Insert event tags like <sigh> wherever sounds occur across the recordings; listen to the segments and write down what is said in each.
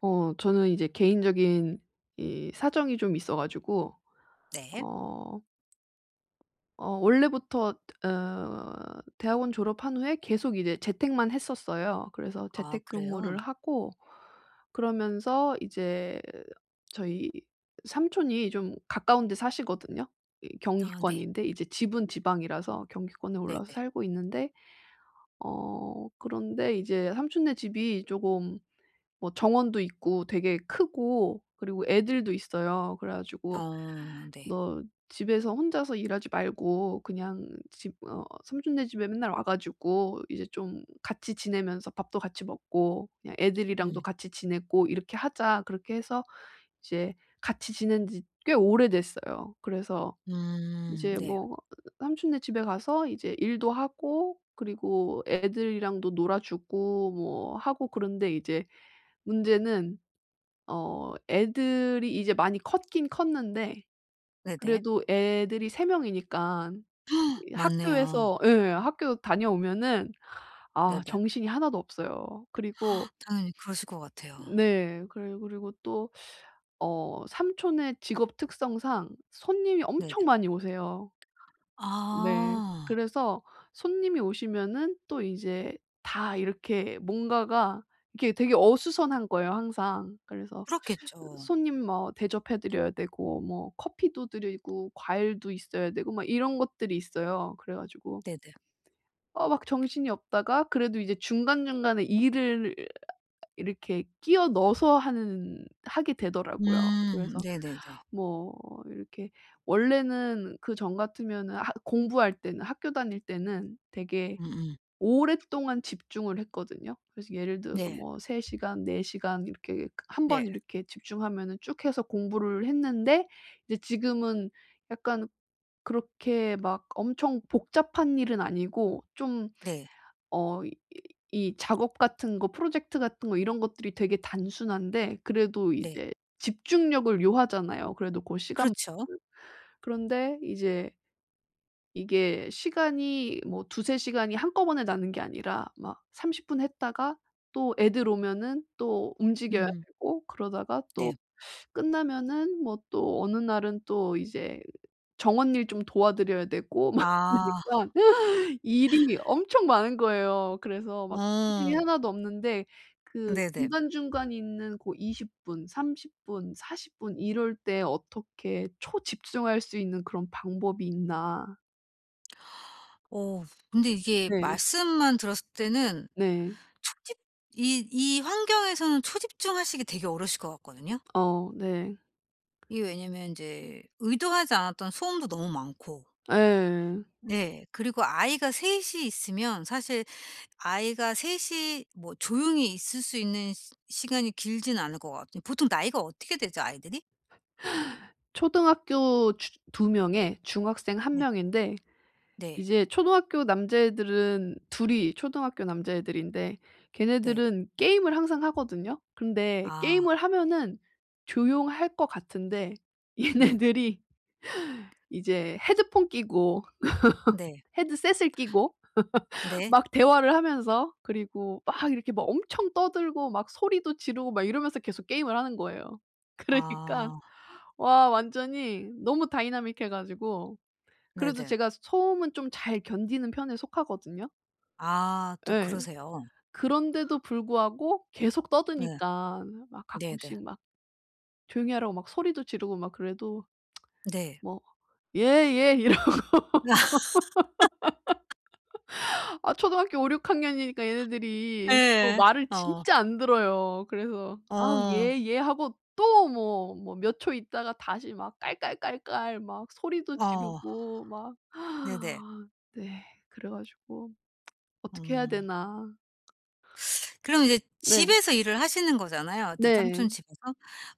저는 이제 개인적인 이 사정이 좀 있어 가지고 네. 어 원래부터 대학원 졸업한 후에 계속 이제 재택만 했었어요. 그래서 아 그래요? 재택근무를 하고 그러면서 이제 저희 삼촌이 좀 가까운 데 사시거든요. 이 아 네. 경기권인데 이제 집은 지방이라서 경기권에 올라와서 네네. 살고 있는데, 그런데 이제 삼촌네 집이 조금 뭐 정원도 있고 되게 크고, 그리고 애들도 있어요. 그래 가지고 어 네. "너, 집에서 혼자서 일하지 말고, 그냥 집 어 삼촌네 집에 맨날 와 가지고 이제 좀 같이 지내면서 밥도 같이 먹고, 그냥 음. 애들이랑도 같이 지내고 이렇게 하자." 그렇게 해서 이제 같이 지낸 지 꽤 오래됐어요. 그래서 이제 네. 뭐 삼촌네 집에 가서 이제 일도 하고, 그리고 애들이랑도 놀아 주고 뭐 하고. 그런데 이제 문제는 애들이 이제 많이 컸긴 컸는데, 네네. 그래도 애들이 3명이니까 <gasps> 이 맞네요. 학교에서 예 학교 다녀오면은 아, 네네. 정신이 하나도 없어요. 그리고 <gasps> 당연히 그러실 것 같아요. 네. 그리고 또 삼촌의 직업 특성상 손님이 네네. 엄청 많이 오세요. 네. 아 그래서 손님이 오시면은 또 이제 다 이렇게 뭔가가 이게 되게 어수선한 거예요, 항상. 그래서 그렇겠죠. 손님 뭐 대접해 드려야 되고, 뭐 커피도 드리고 과일도 있어야 되고 막 이런 것들이 있어요. 그래 가지고 네네. 막 정신이 없다가 그래도 이제 중간중간에 일을 이렇게 끼워 넣어서 하는 하게 되더라고요. 그래서 네네네. 뭐 이렇게 원래는, 그전 같으면은 하 공부할 때는, 학교 다닐 때는 되게 음음. 오랫동안 집중을 했거든요. 그래서 예를 들어서 네. 뭐 3시간, 4시간, 이렇게 한 번 네. 이렇게 집중하면은 쭉 해서 공부를 했는데, 이제 지금은 약간 그렇게 막 엄청 복잡한 일은 아니고 좀, 네. 어 이 이 작업 같은 거, 프로젝트 같은 거, 이런 것들이 되게 단순한데, 그래도 네. 이제 집중력을 요하잖아요, 그래도 고 시간. 그렇죠. 그런데 이제 이게 시간이 뭐 두세 시간이 한꺼번에 나는 게 아니라 막 30분 했다가 또 애들 오면은 또 움직여야 음 되고, 그러다가 또 네. 끝나면은 뭐 또 어느 날은 또 이제 정원 일 좀 도와드려야 되고 막 <laughs> 아. 이러니까 일이 엄청 많은 거예요. 그래서 막 정신이 어 하나도 없는데, 그 네네. 중간중간에 있는 고 20분, 30분, 40분 이럴 때 어떻게 초집중할 수 있는 그런 방법이 있나? 오 근데 이게 네. 말씀만 들었을 때는 네. 초집 이 환경에서는 초집중하시기 되게 어려우실 것 같거든요. 어 네. 이게 왜냐면 인제 의도하지 않았던 소음도 너무 많고 예. 네 그리고 아이가 셋이 있으면 사실 아이가 셋이 뭐 조용히 있을 수 있는 시 시간이 길진 않을 것 같아요. 보통 나이가 어떻게 되죠 아이들이? 초등학교 주 2명에 중학생 한 네. 명인데 네. 이제 초등학교 남자애들은 둘이 초등학교 남자애들인데, 네. 걔네들은 게임을 항상 하거든요. 근데 아 게임을 하면은 조용할 것 같은데 네. 얘네들이 <laughs> 이제 헤드폰 끼고, 네. 헤드셋을 끼고 네. 막 대화를 하면서, 그리고 막 이렇게 막 엄청 떠들고 막 소리도 지르고 막 이러면서 계속 게임을 하는 거예요. <laughs> 그러니까 아 와, 완전히 너무 다이나믹해 가지고. 그래도 네네. 제가 소음은 좀 잘 견디는 편에 속하거든요. 아 또 예. 그러세요. 그런데도 불구하고 계속 네. 떠드니까 막 네네. 가끔씩 막 조용히 하라고 막 소리도 지르고 막 그래도, 네. 뭐 "예예." 이러 아, 초등학교 5-6학년이니까 얘네들이 또 예. 말을 <laughs> 어. 진짜 안 들어요. 그래서 "아우 어. 예, 예." 하고 또 뭐 몇 초 있다가 다시 막 깔깔깔깔 막 소리도 어 지르고 막 네네. <gasps> 네. 그래 가지고 어떻게 해야 음. 되나? 그럼 이제 네. 집에서 일을 하시는 거잖아요, 어떤 네. 삼촌 집에서.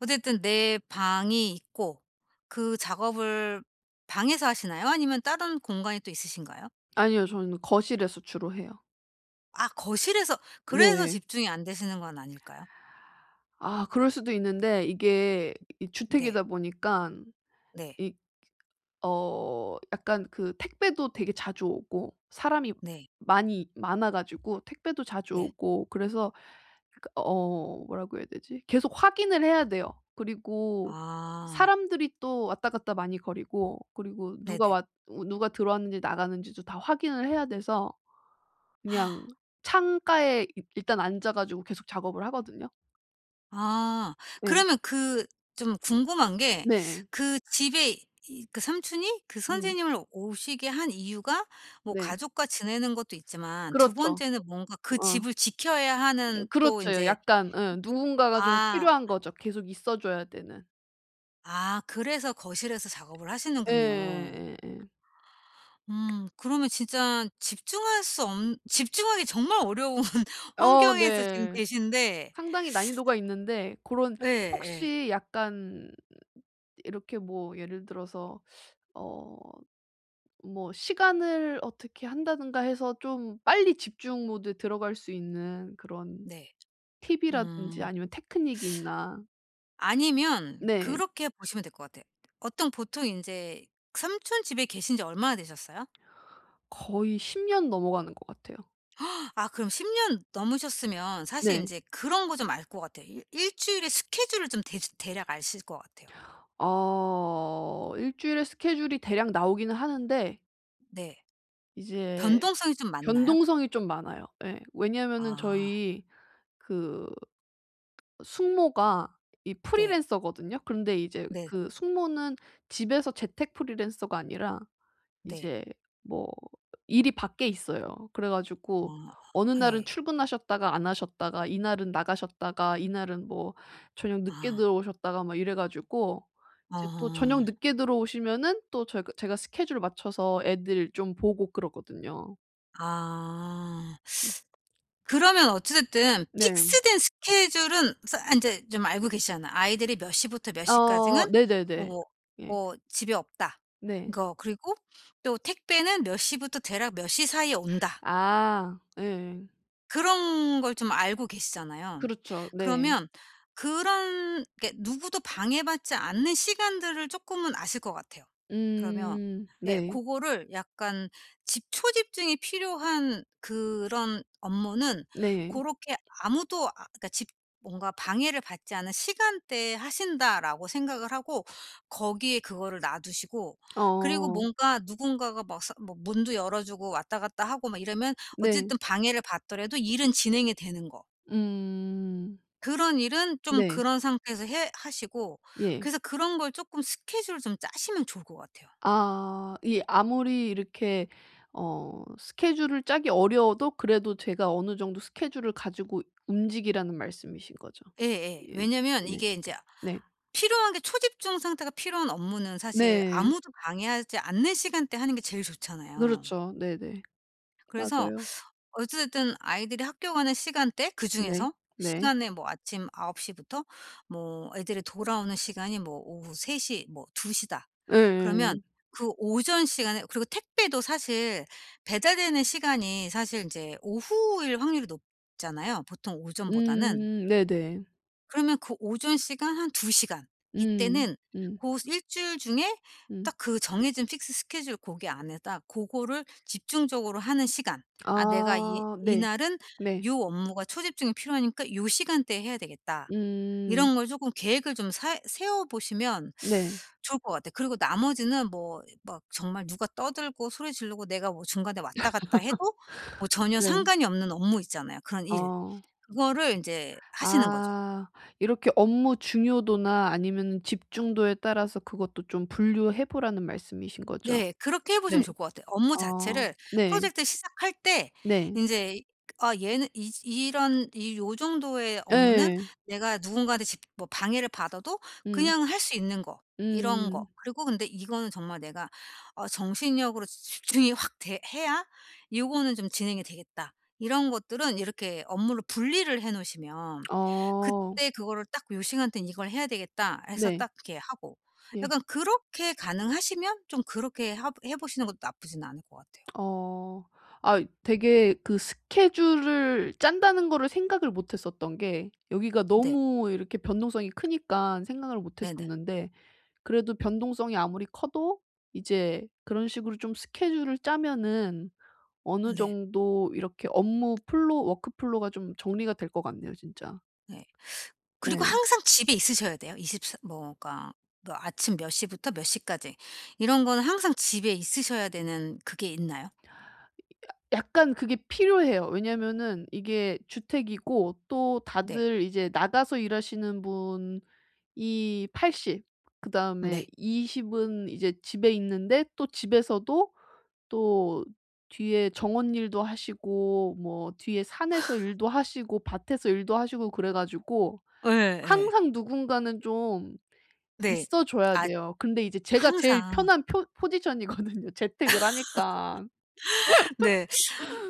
어쨌든 내 방이 있고 그 작업을 방에서 하시나요? 아니면 다른 공간이 또 있으신가요? 아니요. 저는 거실에서 주로 해요. 아 거실에서 그래서 네. 집중이 안 되시는 건 아닐까요? 아, 그럴 수도 있는데 이게 이 네. 주택이다 보니깐, 네. 이 약간 그 택배도 되게 자주 오고, 사람이 네. 많이 많아 가지고 택배도 자주 네. 오고 그래서, 그 뭐라고 해야 되지? 계속 확인을 해야 돼요. 그리고 아. 사람들이 또 왔다 갔다 많이 거리고, 그리고 네네. 누가 들어왔는지 나가는지도 다 확인을 해야 돼서 그냥 창가에 일 일단 앉아 가지고 계속 작업을 하거든요. 아. 네. 그러면 그 좀 궁금한 게 네. 그 집에 이 그 삼촌이 그 음. 선생님을 오시게 한 이유가 뭐 네. 가족과 지내는 것도 있지만 두 그렇죠. 번째는 뭔가 그 어. 집을 지켜야 하는 또 이 그렇죠. 제 약간, 예, 누군가가 좀 필요한 아 거죠, 계속 있어 줘야 되는. 아 그래서 거실에서 작업을 하시는군요. 예예예. 그러면 진짜 집중할 수 없 집중하기 정말 어려운 <laughs> 어 환경에서 지금 네. 계신데 상당히 난이도가 있는데 고런, 네 네 혹시 약간 이렇게 뭐 예를 들어서 어 뭐 시간을 어떻게 한다든가 해서 좀 빨리 집중 모드에 들어갈 수 있는 그런 네. 팁이라든지 음. 아니면 테크닉이 있나? 아니면 네. 그렇게 보시면 될 것 같아요. 어떤 보통 인제 삼촌 집에 계신 지 얼마나 되셨어요? 거의 10년 넘어가는 것 같아요. 아 그럼 10년 넘으셨으면 사실 네. 인제 그런 거 좀 알 것 같아요. 일 일주일의 스케줄을 좀 대주 대략 아실 것 같아요. 일 주일에 스케줄이 대략 나오기는 하는데, 네. 이제 변동성이 좀 많나요? 변동성이 좀 많아요. 예. 왜냐면은 아 저희 그 숙모가 이 네. 프리랜서거든요. 그런데 이제 네. 그 숙모는 집에서 재택 프리랜서가 아니라 네. 이제 뭐 일이 밖에 있어요. 그래 어 가지고 어느 날은 예. 출근하셨다가 안 하셨다가, 이날은 나가셨다가, 이날은 뭐 저녁 늦게 아. 들어오셨다가 막 이래 가지고, 이제 또 어. 저녁 늦게 들어오시면은 또 저희가 제가 스케줄 맞춰서 애들 좀 보고 그러거든요. 아. 그러면 어찌 됐든 네. 픽스된 스케줄은 서 인제 좀 알고 계시잖아. 아이들이 몇 시부터 몇 어 시까지는 네네네. 뭐 예. 뭐 어, 집에 없다. 네. 그거 그리고 또 택배는 몇 시부터 대략 몇 시 사이에 온다. 아 예. 그런 걸 좀 알고 계시잖아요. 그렇죠. 네. 그러면 그런 게 누구도 방해받지 않는 시간들을 쪼끔은 아실 것 같아요. 그러면 예 네. 고거를 약간 집 초집중이 필요한 그런 업무는 네. 고렇게 아무도 아 그러니까 집 뭔가 방해를 받지 않은 시간대에 하신다라고 생각을 하고 거기에 그거를 놔두시고 그리고 어 뭔가 누군가가 막 서 뭐 문도 열어 주고 왔다 갔다 하고 막 이러면 네. 어쨌든 방해를 받더라도 일은 진행이 되는 거. 음 그런 일은 좀 네. 그런 상태에서 해 하시고 예. 그래서 그런 걸 쪼끔 스케줄을 좀 짜시면 좋을 것 같아요. 아, 이 아무리 이렇게 스케줄을 짜기 어려워도, 그래도 제가 어느 정도 스케줄을 가지고 움직이라는 말씀이신 거죠. 예예. 예. 왜냐면 네. 이게 인제 네. 필요한 게 초집중 상태가 필요한 업무는 사실 네. 아무도 방해하지 않는 시간대에 하는 게 제일 좋잖아요. 그렇죠. 네네. 그래서 맞아요. 어쨌든 아이들이 학교 가는 시간대 네. 그중에서 네. 시간에 뭐 아침 9시 부터 뭐 애들이 돌아오는 시간이 뭐 오후 3시 뭐2시 다. 그러면 예예예. 그 오전 시간에 그리고 택배도 사실 배달되는 시간이 사실 인제 오후일 확률이 높잖아요 보통 오전보다는. 네네. 그러면 그 오전 시간 한 2 시간 음. 이때는 음. 고 일주일 중에 음. 딱 그 정해진 픽스 스케줄 거게 안에다 고거를 집중적으로 하는 시간. '아 내가 이 아 네. 이날은 네. 요 업무가 초집중이 필요하니까 요 시간대에 해야 되겠다.' 음. 이런 걸 조금 계획을 좀 사 세워 보시면 네. 좋을 것 같아요. 그리고 나머지는 뭐 막 정말 누가 떠들고 소리 지르고 내가 뭐 중간에 왔다 갔다 해도 뭐 전혀 네. 상관이 없는 업무 있잖아요, 그런 일. 어. 그거를 이제 하시는 거죠. 아, 이렇게 업무 중요도나 아니면은 집중도에 따라서 그것도 좀 분류해 보라는 말씀이신 거죠? 네. 그렇게 해 보시면 네. 좋을 것 같아요. 업무 어. 자체를 네. 프로젝트 시작할 때 네. 이제 아 얘는 이 이런 이 요 정도의 업무는 예. 내가 누군가한테 집 뭐 방해를 받아도 음. 그냥 할 수 있는 거 이런 음. 거. 그리고 근데 이거는 정말 내가 어 정신력으로 집중이 확 돼 해야 이거는 좀 진행이 되겠다. 이런 것들은 이렇게 업무를 분리를 해 놓으시면 어. 그때 그거를 딱 '요 시간대는 이걸 해야 되겠다.' 해서 네. 딱 이렇게 하고 예. 약간 그렇게 가능하시면 좀 그렇게 하 해 보시는 것도 나쁘진 않을 것 같아요. 어. 아, 되게 그 스케줄을 짠다는 거를 생각을 못 했었던 게 여기가 네. 너무 이렇게 변동성이 크니깐 생각을 못 네네. 했었는데, 그래도 변동성이 아무리 커도 이제 그런 식으로 좀 스케줄을 짜면은 어느 네. 정도 이렇게 업무 플로우, 워크 플로우가 좀 정리가 될 것 같네요, 진짜. 네. 그리고 예. 항상 집에 있으셔야 돼요. 이십 뭐 그러니까 뭐 아침 몇 시부터 몇 시까지 이런 거는 항상 집에 있으셔야 되는 그게 있나요? 약간 그게 필요해요. 왜냐면은 이게 주택이고 또 네. 다들 이제 나가서 일하시는 분 이 80, 그다음에 네. 20은 이제 집에 있는데, 또 집에서도 또 뒤에 정원 일도 하시고, 뭐 뒤에 산에서 일도 하시고, 밭에서 일도 하시고 그래 가지고 예예. 항상 누군가는 좀 네. 있어 줘야 아 돼요. 근데 이제 제가 제일 항상. 편한 표 포지션이거든요, <laughs> 재택을 하니까. 네.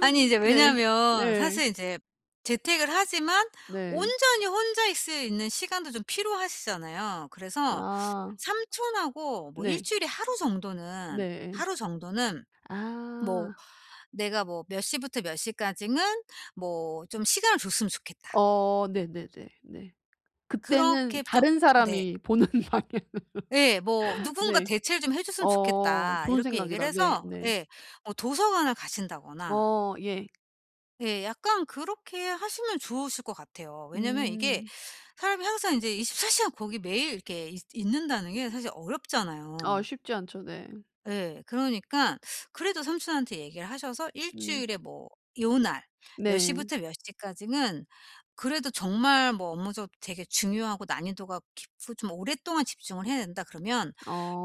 아니 이제 네. 왜냐면 네. 사실 이제 재택을 하지만 네. 온전히 혼자 있을 있는 시간도 좀 필요하시잖아요. 그래서 아. 삼촌하고 뭐 일 네. 주일에 네. 하루 정도는 뭐 아. "내가 뭐 몇 시부터 몇 시까지는 뭐 좀 시간을 줬으면 좋겠다." 어 네네네. 네. 네, 네. 그때는 그렇게 좀 다른 네. 사람이 보는 <laughs> 방향. 예. 뭐 "누군가 네. 대체를 좀 해 줬으면 좋겠다." 좋은 이렇게 얘기를 생각이다. 네 해서 네. 예 뭐 도서관을 가신다거나 어 예. 네. 약간 그렇게 하시면 좋으실 것 같아요. 왜냐면 이게 음. 사람이 항상 이제24 시간 거기 매일 이렇게 있 있는다는 게 사실 아, 어렵잖아요. 쉽지 않죠. 네. 예. 그러니까 그래도 삼촌한테 얘기를 하셔서 일 음. 주일에 뭐 요 날 몇 네. 시부터 몇 시까지는 그래도 정말 뭐 업무적으로 되게 중요하고 난이도가 깊고 좀 오랫동안 집중을 해야 된다 그러면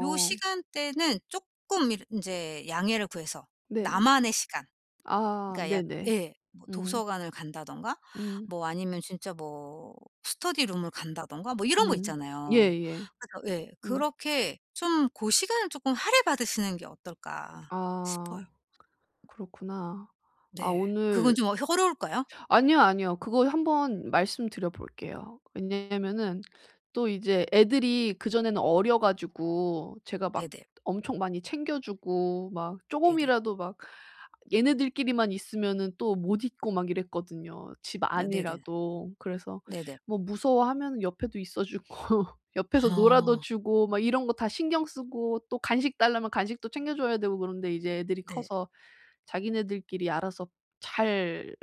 요 시간대는 조금 이제 양해를 구해서 네. 나만의 시간 아 그러니까 약 네네. 예. 뭐 음. 도서관을 간다든가 음. 뭐 아니면 진짜 뭐 스터디 룸을 간다든가 뭐 이런 거 음. 있잖아요. 예예. 그래서 예. 음. 그렇게 좀 그 시간을 조금 할애 받으시는 게 어떨까? 싶어요. 아 그렇구나. 아 네. 오늘 그건 좀 어려울까요? 아니요, 아니요. 그거 한번 말씀드려 볼게요. 왜냐면은 또 이제 애들이 그전에는 어려 가지고 제가 막 네네. 엄청 많이 챙겨 주고 막 네네. 쪼금이라도 막 얘네들끼리만 있으면은 또 못 있고 막 이랬거든요, 집 어 네네. 안이라도. 그래서 네네. 뭐 무서워하면은 옆에도 있어 주고 <laughs> 옆에서 놀아도 어. 주고 막 이런 거 다 신경 쓰고, 또 간식 달라면 간식도 챙겨 줘야 되고, 그런데 이제 애들이 네. 커서 자기네들끼리 알아서 잘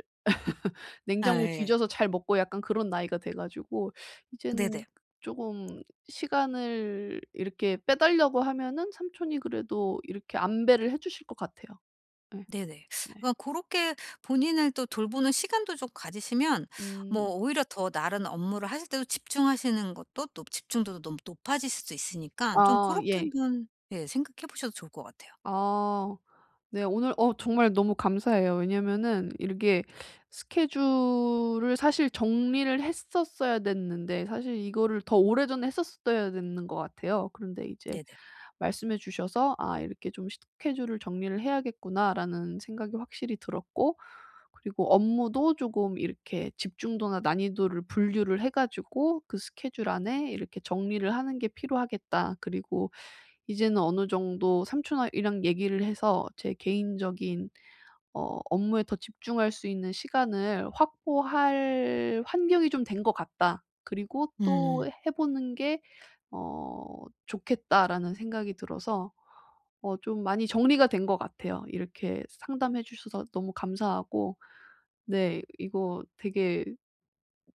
아 냉장고 예. 뒤져서 잘 먹고, 약간 그런 나이가 돼 가지고 이제는 네네. 쪼금 시간을 이렇게 빼달라고 하면은 삼촌이 그래도 이렇게 안배를 해 주실 것 같아요. 예. 네네. 네. 그러니까 그렇게 본인을 또 돌보는 시간도 좀 가지시면 뭐 음. 오히려 더 다른 업무를 하실 때도 집중하시는 것도 또 집중도도 너무 높아질 수도 있으니까 좀 그아 렇게 예. 한번 예 생각해 보셔도 좋을 것 같아요. 아. 네. 오늘 정말 너무 감사해요. 왜냐면은 이렇게 스케줄을 사실 정리를 했었어야 됐는데, 사실 이거를 더 오래전에 했었어야 되는 것 같아요. 그런데 이제 네네. 말씀해 주셔서 '아, 이렇게 좀 스케줄을 정리를 해야겠구나.'라는 생각이 확실히 들었고, 그리고 업무도 조금 이렇게 집중도나 난이도를 분류를 해 가지고 그 스케줄 안에 이렇게 정리를 하는 게 필요하겠다. 그리고 이제는 어느 정도 삼촌이랑 얘기를 해서 제 개인적인 업무에 더 집중할 수 있는 시간을 확보할 환경이 좀 된 것 같다. 그리고 또 음. '해 보는 게 어 좋겠다.'라는 생각이 들어서 좀 많이 정리가 된 것 같아요. 이렇게 상담해 주셔서 너무 감사하고, 네, 이거 되게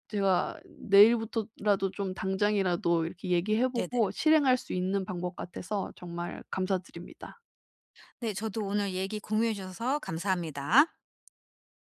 제가 내일부터라도 좀 당장이라도 이렇게 얘기해 네네. 보고 실행할 수 있는 방법 같아서 정말 감사드립니다. 네 저도 오늘 얘기 공유해 주셔서 감사합니다.